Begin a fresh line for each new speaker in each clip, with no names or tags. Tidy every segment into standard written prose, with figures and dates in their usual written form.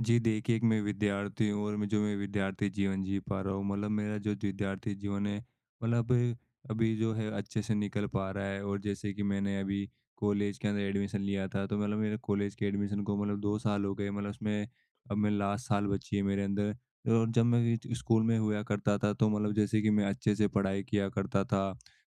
जी, देखिए, एक मैं विद्यार्थी हूँ, और मैं विद्यार्थी जीवन जी पा रहा हूँ। मतलब मेरा जो विद्यार्थी जीवन है, मतलब अभी जो है अच्छे से निकल पा रहा है। और जैसे कि मैंने अभी कॉलेज के अंदर एडमिशन लिया था, तो मतलब मेरे कॉलेज के एडमिशन को मतलब 2 साल हो गए, मतलब उसमें अब मैं लास्ट साल बची है मेरे अंदर। और जब मैं ज स्कूल में हुआ करता था, तो मतलब जैसे कि मैं अच्छे से पढ़ाई किया करता था।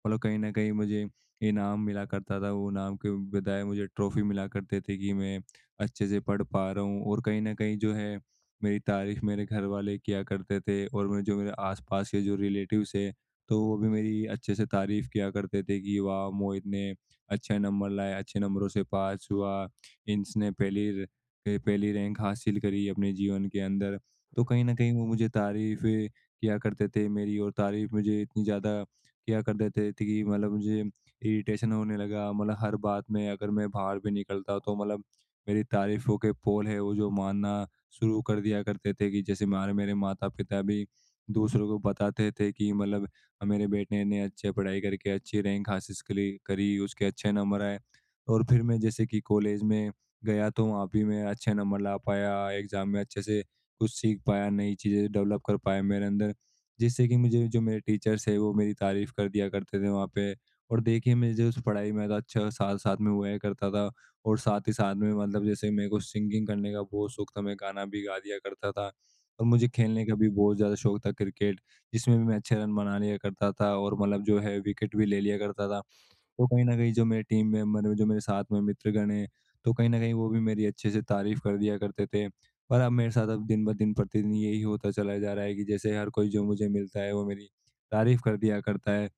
मतलब कहीं न कहीं मुझे इनाम मिला करता था, वो इनाम के बजाय मुझे ट्रॉफ़ी मिला करते थे कि मैं अच्छे से पढ़ पा रहा हूँ। और कहीं न कहीं जो है, मेरी तारीफ़ मेरे घर वाले किया करते थे, और मेरे जो मेरे आस-पास के जो रिलेटिव्स हैं, तो वो भी मेरी अच्छे से तारीफ़ किया करते थे कि वाह! मोहित ने अच्छे नंबर लाए, अच्छे नंबरों से पास हुआ, इसने पहली रैंक हासिल करी अपने जीवन के अंदर। तो कहीं न कहीं वो मुझे तारीफ़ें किया करते थे मेरी, और तारीफ़ मुझे इतनी ज़्यादा किया कर देते थे कि मतलब मुझे इरिटेशन होने लगा। मतलब हर बात में, अगर मैं बाहर भी निकलता, तो मतलब मेरी तारीफ़ों के पोल है, वो जो मानना शुरू कर दिया करते थे, कि जैसे हमारे मेरे माता-पिता भी दूसरों को बताते थे कि मतलब मेरे बेटे ने अच्छे पढ़ाई करके अच्छी रैंक हासिल करी करी, उसके अच्छे नंबर आए। और फिर मैं जैसे कि कॉलेज में गया, तो वहाँ भी मैं अच्छे नंबर ला पाया, एग्ज़ाम में अच्छे से कुछ सीख पाया, नई चीज़ें डेवलप कर पाया मेरे अंदर, जिससे कि मुझे जो मेरे टीचर्स हैं वो मेरी तारीफ़ कर दिया करते थे वहाँ पे। और देखिए, मुझे उस पढ़ाई में तो अच्छा साथ-साथ में हुआ करता था। और साथ ही साथ में मतलब जैसे मेरे को सिंगिंग करने का बहुत शौक था, मैं गाना भी गा दिया करता था, और मुझे खेलने का भी बहुत ज़्यादा शौक था क्रिकेट, जिसमें भी मैं अच्छे रन बना लिया करता था, और मतलब जो है विकेट भी ले लिया करता था। तो कहीं न कहीं जो मेरे टीम मेंबर हैं, जो मेरे साथ में मित्रगण हैं, तो कहीं न कहीं वो भी मेरी अच्छे से तारीफ़ कर दिया करते थे। पर अब मेरे साथ अब दिन-ब-दिन प्रतिदिन यही होता चला जा रहा है कि जैसे हर कोई जो मुझे मिलता है, वो मेरी तारीफ़ कर दिया करता है।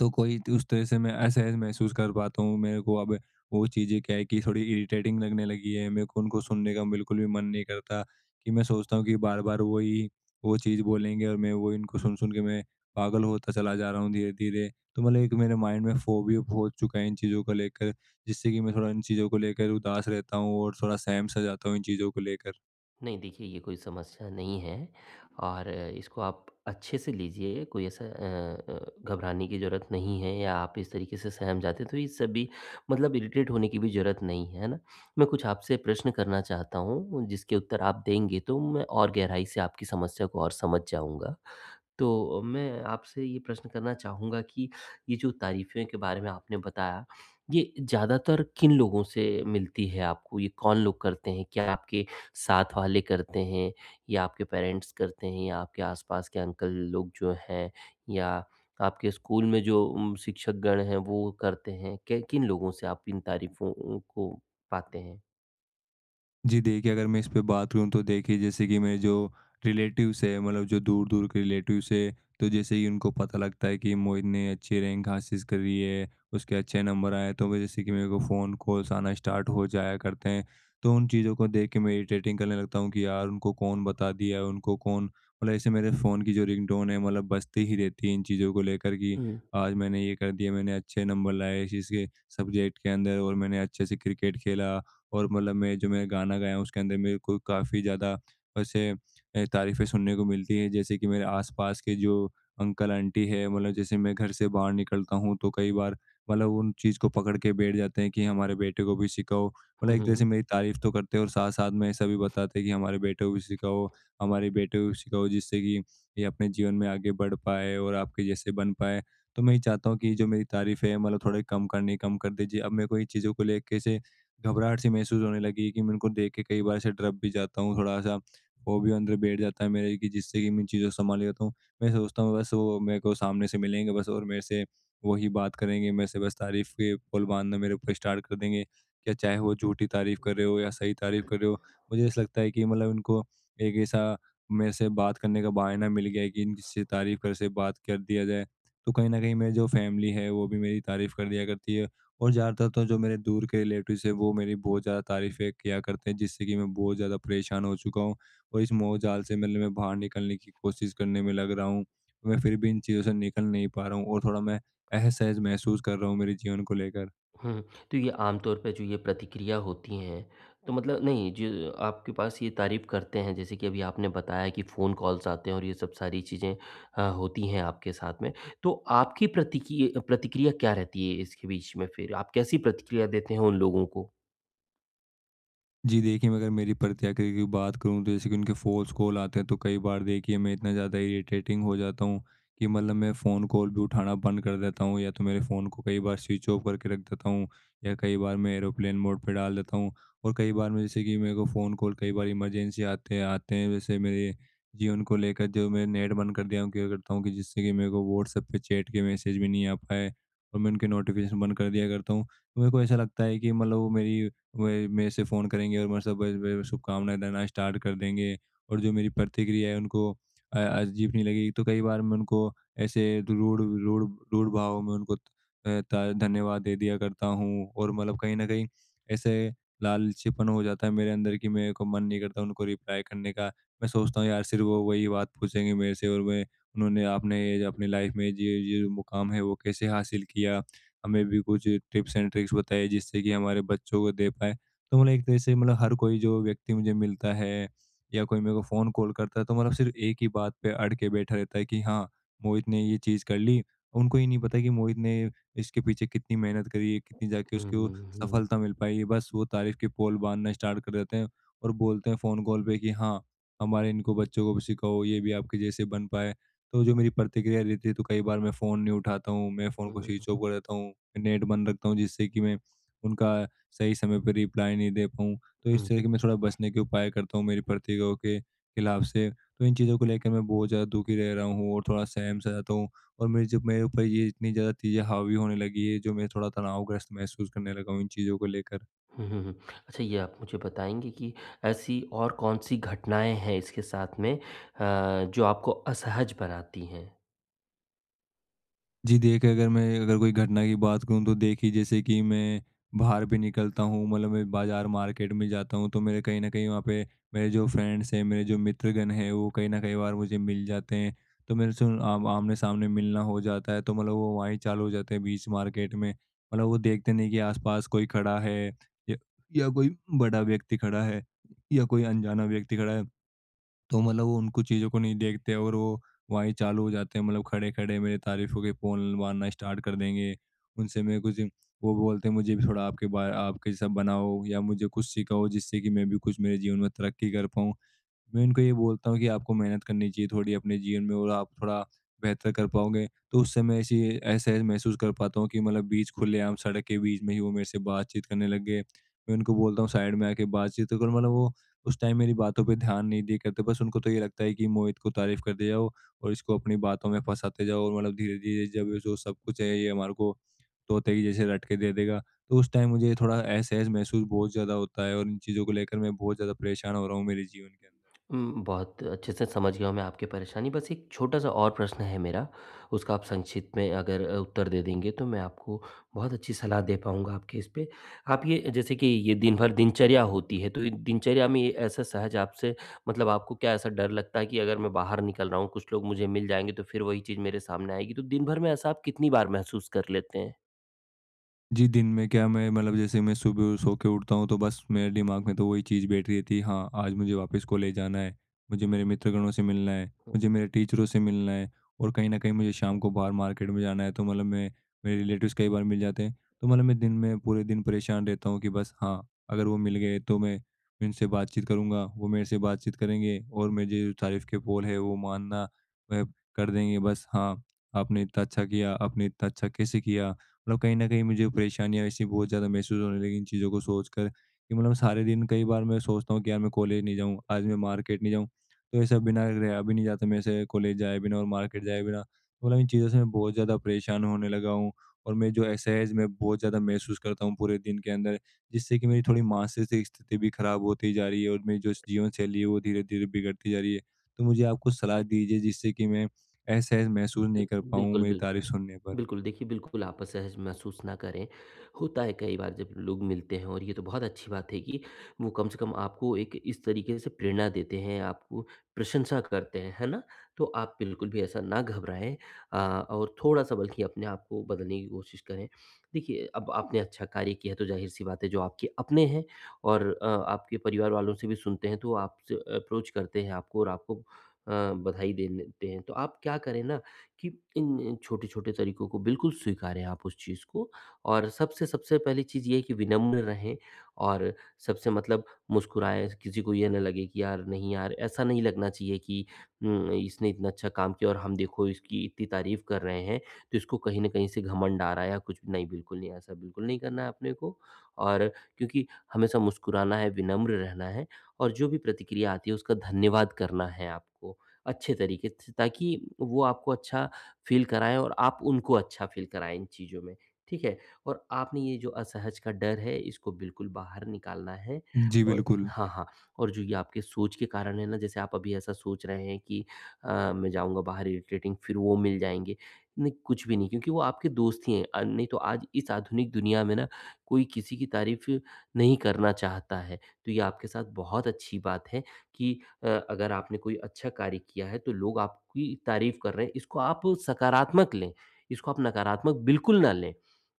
तो कोई तो उस तरह से मैं असहज महसूस कर पाता हूँ। मेरे को अब वो चीज़ें क्या है कि थोड़ी इरिटेटिंग लगने लगी है। मेरे को उनको सुनने का बिल्कुल भी मन नहीं करता, कि मैं सोचता हूँ कि बार-बार वही वो चीज़ बोलेंगे, और मैं वो इनको सुन-सुन के मैं पागल होता चला जा रहा हूँ धीरे-धीरे। तो मतलब एक मेरे माइंड में फ़ोबिया हो चुका है इन चीज़ों को लेकर, जिससे कि मैं थोड़ा इन चीज़ों को लेकर उदास रहता हूँ, और थोड़ा सहम-सा जाता हूँ इन चीज़ों को लेकर।
नहीं, देखिए, ये कोई समस्या नहीं है। और इसको आप अच्छे से लीजिए। कोई ऐसा घबराने की ज़रूरत नहीं है, या आप इस तरीके से सहम जाते हैं तो इस सब भी, मतलब, इरिटेट होने की भी ज़रूरत नहीं है, है ना। मैं कुछ आपसे प्रश्न करना चाहता हूँ, जिसके उत्तर आप देंगे तो मैं और गहराई से आपकी समस्या को और समझ जाऊँगा। तो मैं आपसे ये प्रश्न करना चाहूँगा कि ये जो तारीफ़ें के बारे में आपने बताया, ये ज़्यादातर किन लोगों से मिलती है आपको? ये कौन लोग करते हैं? क्या आपके साथ वाले करते हैं, या आपके पेरेंट्स करते हैं, या आपके आस-पास के अंकल लोग जो हैं, या आपके स्कूल में जो शिक्षकगण हैं वो करते हैं? कै किन लोगों से आप इन तारीफ़ों को पाते हैं?
जी, देखिए, अगर मैं इस पे बात करूँ तो देखिए जैसे कि मेरे जो रिलेटिव्स हैं, मतलब जो दूर-दूर के रिलेटिव्स हैं, तो जैसे ही उनको पता लगता है कि मोहित ने अच्छी रैंक हासिल करी है, उसके अच्छे नंबर आए हैं, तो वो जैसे कि मेरे को फ़ोन कॉल्स आना स्टार्ट हो जाया करते हैं। तो उन चीज़ों को देख के मैं इरिटेटिंग करने लगता हूँ कि यार उनको कौन बता दिया है, उनको कौन, मतलब ऐसे मेरे फ़ोन की जो रिंगटोन है मतलब बजती ही रहती है इन चीज़ों को लेकर, कि
हुँ।
आज मैंने ये कर दिया, मैंने अच्छे नंबर लाए इस चीज़ के सब्जेक्ट के अंदर, और मैंने अच्छे से क्रिकेट खेला। और मतलब मैं गाना गाया हूँ उसके अंदर मेरे को काफ़ी ज़्यादा वैसे तारीफ़ें सुनने को मिलती हैं। जैसे कि मेरे आस-पास के जो अंकल आंटी है, मतलब जैसे मैं घर से बाहर निकलता हूँ तो कई बार मतलब उन चीज़ को पकड़ के बैठ जाते हैं कि हमारे बेटे को भी सिखाओ। मतलब
हुँ,
एक तरह
हुँ,
से मेरी तारीफ़ तो करते हैं, और साथ-साथ में ऐसा भी बताते हैं कि हमारे बेटे को भी सिखाओ, हमारे बेटे को भी सिखाओ, जिससे कि ये अपने जीवन में आगे बढ़ पाए और आपके जैसे बन पाए। तो मैं ये चाहता हूँ कि जो मेरी तारीफ़ है मतलब थोड़े कम कर दीजिए। अब मेरे को इन चीज़ों को लेके से घबराहट सी महसूस होने लगी, कि मैं उनको देख के कई बार ऐसे डर भी जाता हूँ, थोड़ा-सा फ़ोबिया अंदर बैठ जाता है मेरे, कि जिससे कि मैं इन चीज़ों को सँभाल लेता हूँ। मैं सोचता हूँ बस वो मेरे को सामने से मिलेंगे, बस, और मेरे से वही बात करेंगे, मेरे से बस तारीफ़ के पुल बाँधना मेरे ऊपर स्टार्ट कर देंगे। क्या चाहे वो झूठी तारीफ़ कर रहे हो, या सही तारीफ़ कर रहे हो, मुझे ऐसा लगता है कि मतलब उनको एक ऐसा मेरे से बात करने का बहाना मिल गया है, कि इनकी से तारीफ़ कर से बात कर दिया जाए। तो कहीं न कहीं मेरी जो फ़ैमिली है, वो भी मेरी तारीफ़ कर दिया करती है, और ज़्यादातर तो जो मेरे दूर के रिलेटिव्स हैं वो मेरी बहुत ज़्यादा तारीफ़ें किया करते हैं, जिससे कि मैं बहुत ज़्यादा परेशान हो चुका हूँ, और इस मोहजाल से मतलब मैं बाहर निकलने की कोशिश करने में लग रहा हूँ। मैं फिर भी इन चीज़ों से निकल नहीं पा रहा हूँ, और थोड़ा मैं असहज महसूस कर रहा हूँ मेरे जीवन को लेकर।
हुँ, तो ये आमतौर पे जो ये प्रतिक्रिया होती हैं, तो मतलब नहीं, जो आपके पास ये तारीफ़ करते हैं, जैसे कि अभी आपने बताया कि फ़ोन कॉल्स आते हैं, और ये सब सारी चीज़ें होती हैं आपके साथ में। तो आपकी प्रतिकि प्रतिक्रिया क्या रहती है इसके बीच में फिर? आप कैसी प्रतिक्रिया देते हैं उन लोगों को?
जी, देखिए, मैं अगर मेरी प्रतिक्रिया की बात करूँ तो जैसे कि उनके फ़ोर्स कॉल आते हैं, तो कई बार देखिए मैं इतना ज़्यादा इरिटेटिंग हो जाता हूँ कि मतलब मैं फ़ोन कॉल भी उठाना बंद कर देता हूँ, या तो मेरे फ़ोन को कई बार स्विच ऑफ करके रख देता हूँ, या कई बार मैं एरोप्लेन मोड पे डाल देता हूँ। और कई बार मैं जैसे कि मेरे को फ़ोन कॉल कई बार इमरजेंसी आते आते हैं जैसे मेरे जीवन को लेकर, जो मैं नेट बंद कर दिया हूँ क्या करता हूँ, कि जिससे कि मेरे को व्हाट्सएप पे चैट के मैसेज भी नहीं आ पाए, और मैं उनके नोटिफ़िकेशन बंद कर दिया करता हूँ। तो मेरे को ऐसा लगता है कि मतलब वो मेरी वही मेरे से फ़ोन करेंगे, और मेरे से बस ब शुभकामनाएँ देना स्टार्ट कर देंगे, और जो मेरी प्रतिक्रिया है उनको अजीब नहीं लगेगी। तो कई बार मैं उनको ऐसे रूड रूड रूड भाव में उनको अ, ता धन्यवाद दे दिया करता हूँ, और मतलब कहीं न कहीं ऐसे लालचीपन हो जाता है मेरे अंदर, कि मेरे को मन नहीं करता उनको रिप्लाई करने का। मैं सोचता हूँ यार सिर्फ़ वो वही बात पूछेंगे मेरे से, और मैं, उन्होंने, आपने ये जो अपनी लाइफ़ में ये, जो मुकाम है वो कैसे हासिल किया? हमें भी कुछ टिप्स एंड ट्रिक्स बताइए, जिससे कि हमारे बच्चों को दे पाएँ। तो मतलब एक तरह से मतलब हर कोई जो व्यक्ति मुझे मिलता है, या कोई मेरे को फ़ोन कॉल करता है, तो मतलब सिर्फ़ एक ही बात पे अड़ के बैठा रहता है कि हाँ, मोहित ने ये चीज़ कर ली। उनको ये नहीं पता कि मोहित ने इसके पीछे कितनी मेहनत करी है, कितनी जाके
हुँ,
उसको
हुँ, हुँ,
सफलता मिल पाई है। बस वो तारीफ़ के पोल बाँधना स्टार्ट कर देते हैं, और बोलते हैं फ़ोन कॉल पे कि हाँ, हमारे इनको बच्चों को भी सिखाओ, ये भी आपके जैसे बन पाएँ। तो जो मेरी प्रतिक्रिया रहती है तो कई बार मैं फ़ोन नहीं उठाता हूँ, मैं फ़ोन को
हुँ,
स्विच ऑफ कर देता हूँ, नेट बंद रखता हूँ, जिससे कि मैं उनका सही समय पे रिप्लाई नहीं दे पाऊँ। तो
हुँ,
इस तरह के मैं थोड़ा बचने के उपाय करता हूँ मेरी प्रतिक्रियाओं के खिलाफ से। तो इन चीज़ों को लेकर मैं बहुत ज़्यादा दुखी रह रहा हूँ, और थोड़ा सहम-सा जाता हूँ, और मेरे जब मेरे ऊपर ये इतनी ज़्यादा चीज़ें हावी होने लगी है, जो मैं थोड़ा तनावग्रस्त महसूस करने लगा हूँ इन चीज़ों को लेकर।
हुँ, हुँ। अच्छा, ये आप मुझे बताएँगे कि ऐसी और कौन-सी घटनाएँ हैं इसके साथ में, जो आपको असहज बनाती हैं?
जी, देखिए, अगर मैं अगर कोई घटना की बात करूँ तो देखिए जैसे कि मैं बाहर भी निकलता हूँ, मतलब मैं बाज़ार मार्केट में जाता हूँ, तो मेरे कहीं न कहीं वहाँ पे मेरे जो फ्रेंड्स हैं, मेरे जो मित्रगण हैं वो कहीं न कहीं बार मुझे मिल जाते हैं। तो मेरे से उन- आम आमने-सामने मिलना हो जाता है, तो मतलब वो वहीं चालू हो जाते हैं बीच मार्केट में। मतलब वो देखते नहीं कि आस-पास कोई खड़ा है, या या कोई बड़ा व्यक्ति खड़ा है, या कोई अनजाना व्यक्ति खड़ा है। तो मतलब वो उनको चीज़ों को नहीं देखते, और वो वहीं चालू हो जाते हैं, मतलब खड़े-खड़े मेरी तारीफ़ों के पोल मारना स्टार्ट कर देंगे। उनसे मैं कुछ, वो बोलते हैं मुझे भी थोड़ा आपके बा आपके जैसा बनाओ, या मुझे कुछ सिखाओ, जिससे कि मैं भी कुछ मेरे जीवन में तरक्की कर पाऊँ। मैं उनको ये बोलता हूँ कि आपको मेहनत करनी चाहिए थोड़ी अपने जीवन में, और आप थोड़ा बेहतर कर पाओगे। तो उस समय ऐसी ऐसा महसूस कर पाता हूँ कि मतलब बीच खुलेआम सड़क के बीच में ही वो मेरे से बातचीत करने लग गए। मैं उनको बोलता हूँ साइड में आके बातचीत तो करो, मतलब वो उस टाइम मेरी बातों पे ध्यान नहीं दिया करते। बस उनको तो ये लगता है कि मोहित को तारीफ़ करते जाओ, और इसको अपनी बातों में फँसाते जाओ, और मतलब धीरे-धीरे जब ये जो सब कुछ है ये हमारे को तोते की जैसे रट के दे देगा। तो उस टाइम मुझे थोड़ा असहज महसूस बहुत ज़्यादा होता है, और इन चीज़ों को लेकर मैं बहुत ज़्यादा परेशान हो रहा हूँ मेरे जीवन के अंदर।
बहुत अच्छे से समझ गया हूँ मैं आपकी परेशानी। बस एक छोटा-सा और प्रश्न है मेरा, उसका आप संक्षिप्त में अगर उत्तर दे देंगे तो मैं आपको बहुत अच्छी सलाह दे पाऊँगा आपके इस पे। आप ये जैसे कि ये दिन भर दिनचर्या होती है, तो ये दिनचर्या में ये ऐसा सहज आपसे, मतलब, आपको क्या ऐसा डर लगता है कि अगर मैं बाहर निकल रहा हूँ, कुछ लोग मुझे मिल जाएँगे, तो फिर वही चीज़ मेरे सामने आएगी? तो दिन भर में ऐसा आप कितनी बार महसूस कर लेते हैं?
जी, दिन में क्या मैं, मतलब जैसे मैं सुबह सो के उठता हूँ, तो बस मेरे दिमाग में तो वही चीज़ बैठी रहती है, हाँ, आज मुझे वापस कॉलेज जाना है, मुझे मेरे मित्रगणों से मिलना है, मुझे मेरे टीचरों से मिलना है, और कहीं न कहीं मुझे शाम को बाहर मार्केट में जाना है तो मतलब मैं, मेरे रिलेटिव्स कई बार मिल जाते हैं। तो मतलब मैं दिन में पूरे दिन परेशान रहता हूँ, कि बस हाँ, अगर वो मिल गए तो मैं उनसे बातचीत करूँगा, वो मेरे से बातचीत करेंगे, और मेरी जो तारीफ़ के बोल है वो मानना वह कर देंगे, बस हाँ, आपने इतना अच्छा किया, आपने इतना अच्छा कैसे किया? मतलब कहीं न कहीं मुझे परेशानियाँ ऐसी बहुत ज़्यादा महसूस होने लगी इन चीज़ों को सोचकर, कि मतलब सारे दिन कई बार मैं सोचता हूँ कि यार मैं कॉलेज नहीं जाऊँ, आज मैं मार्केट नहीं जाऊँ, तो ऐसा बिना रहा भी नहीं जाता मेरे से कॉलेज जाए बिना और मार्केट जाए बिना। तो मतलब इन चीज़ों से मैं बहुत ज़्यादा परेशान होने लगा हूँ, और मैं जो असहज मैं बहुत ज़्यादा महसूस करता हूँ पूरे दिन के अंदर, जिससे कि मेरी थोड़ी मानसिक स्थिति भी ख़राब होती जा रही है, और मेरी जो जीवन शैली है वो धीरे-धीरे बिगड़ती जा रही है। तो मुझे आप कुछ सलाह दीजिए, जिससे कि मैं असहज महसूस
बिल
नहीं कर पाऊँ
बिल्कुल,
मेरी
बिल्कुल।
तारीफ़ सुनने पर।
बिल्कुल, देखिए, बिल्कुल आप असहज महसूस ना करें। होता है कई बार जब लोग मिलते हैं, और ये तो बहुत अच्छी बात है कि वो कम से कम आपको एक इस तरीके से प्रेरणा देते हैं, आपको प्रशंसा करते हैं, है ना? तो आप बिल्कुल भी ऐसा ना घबराएँ, अ, और थोड़ा-सा बल्कि अपने आप को बदलने की कोशिश करें। देखिए, अब आपने अच्छा कार्य किया है, तो ज़ाहिर-सी बात है, जो आपके अपने हैं और आपके परिवार वालों से भी सुनते हैं, तो वो आपसे अप्रोच करते हैं आपको, और आपको बधाई देन देते हैं। तो आप क्या करें ना, कि इन छोटे-छोटे तरीकों को बिल्कुल स्वीकारें आप उस चीज़ को, और सबसे सबसे पहली चीज़ ये है कि विनम्र रहें, और सबसे, मतलब, मुस्कुराएँ। किसी को ये ना लगे कि यार, नहीं यार, ऐसा नहीं लगना चाहिए कि इसने इतना अच्छा काम किया और हम देखो इसकी इतनी तारीफ़ कर रहे हैं, तो इसको कहीं न कहीं से घमंड आ रहा है, या कुछ भी। नहीं, बिल्कुल नहीं, ऐसा बिल्कुल नहीं करना है अपने को। और क्योंकि हमेशा मुस्कुराना है, विनम्र रहना है, और जो भी प्रतिक्रिया आती है उसका धन्यवाद करना है आपको, अच्छे तरीके से, ताकि वो आपको अच्छा फ़ील कराएँ और आप उनको अच्छा फ़ील कराएँ इन चीज़ों में, ठीक है? और आपने ये जो असहज का डर है, इसको बिल्कुल बाहर निकालना है।
जी,
और
बिल्कुल।
हाँ, हाँ। और जो ये आपके सोच के कारण है ना, जैसे आप अभी ऐसा सोच रहे हैं कि मैं जाऊँगा बाहर, इरिटेटिंग, फिर वो मिल जाएँगे। नहीं, कुछ भी नहीं, क्योंकि वो आपके दोस्त ही हैं, नहीं तो आज इस आधुनिक दुनिया में ना कोई किसी की तारीफ़ नहीं करना चाहता है। तो ये आपके साथ बहुत अच्छी बात है कि अगर आपने कोई अच्छा कार्य किया है तो लोग आपकी तारीफ़ कर रहे हैं, इसको आप सकारात्मक लें, इसको आप नकारात्मक बिल्कुल ना लें,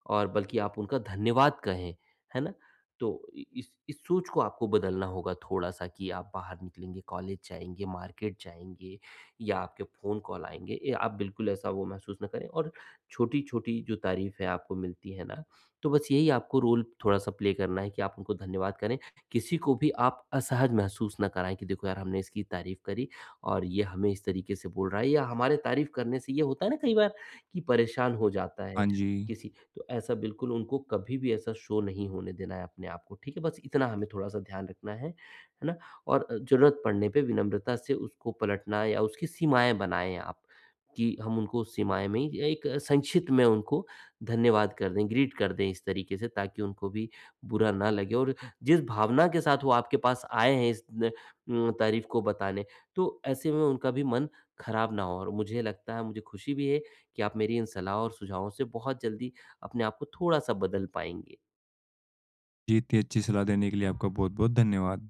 और बल्कि आप उनका धन्यवाद कहें, है ना? तो इ इस सोच को आपको बदलना होगा थोड़ा-सा, कि आप बाहर निकलेंगे, कॉलेज जाएँगे, मार्केट जाएँगे या आपके फ़ोन कॉल आएँगे, ये आप बिल्कुल ऐसा वो महसूस ना करें। और छोटी-छोटी जो तारीफ़ें आपको मिलती है ना, तो बस यही आपको रोल थोड़ा-सा प्ले करना है कि आप उनको धन्यवाद करें, किसी को भी आप असहज महसूस ना कराएँ कि देखो यार, हमने इसकी तारीफ़ करी और ये हमें इस तरीके से बोल रहा है, या हमारे तारीफ़ करने से ये होता है ना कई बार, कि परेशान हो जाता है
हाँ, जी।
किसी। तो ऐसा बिल्कुल उनको कभी भी ऐसा शो नहीं होने देना है अपने आप को, ठीक है? बस इतना हमें थोड़ा-सा ध्यान रखना है ना? और ज़रूरत पड़ने पे विनम्रता से उसको पलटना, या उसकी सीमाएँ बनाएँ आप, कि हम उनको सीमाएँ में ही एक संक्षिप्त में उनको धन्यवाद कर दें, ग्रीट कर दें इस तरीके से, ताकि उनको भी बुरा ना लगे, और जिस भावना के साथ वो आपके पास आए हैं इस न उम, तारीफ़ को बताने, तो ऐसे में उनका भी मन खराब ना हो। और मुझे लगता है, मुझे खुशी भी है कि आप मेरी इन सलाह और सुझावों से बहुत जल्दी अपने आप को थोड़ा-सा बदल पाएँगे।
जी, इतनी अच्छी सलाह देने के लिए आपका बहुत-बहुत धन्यवाद।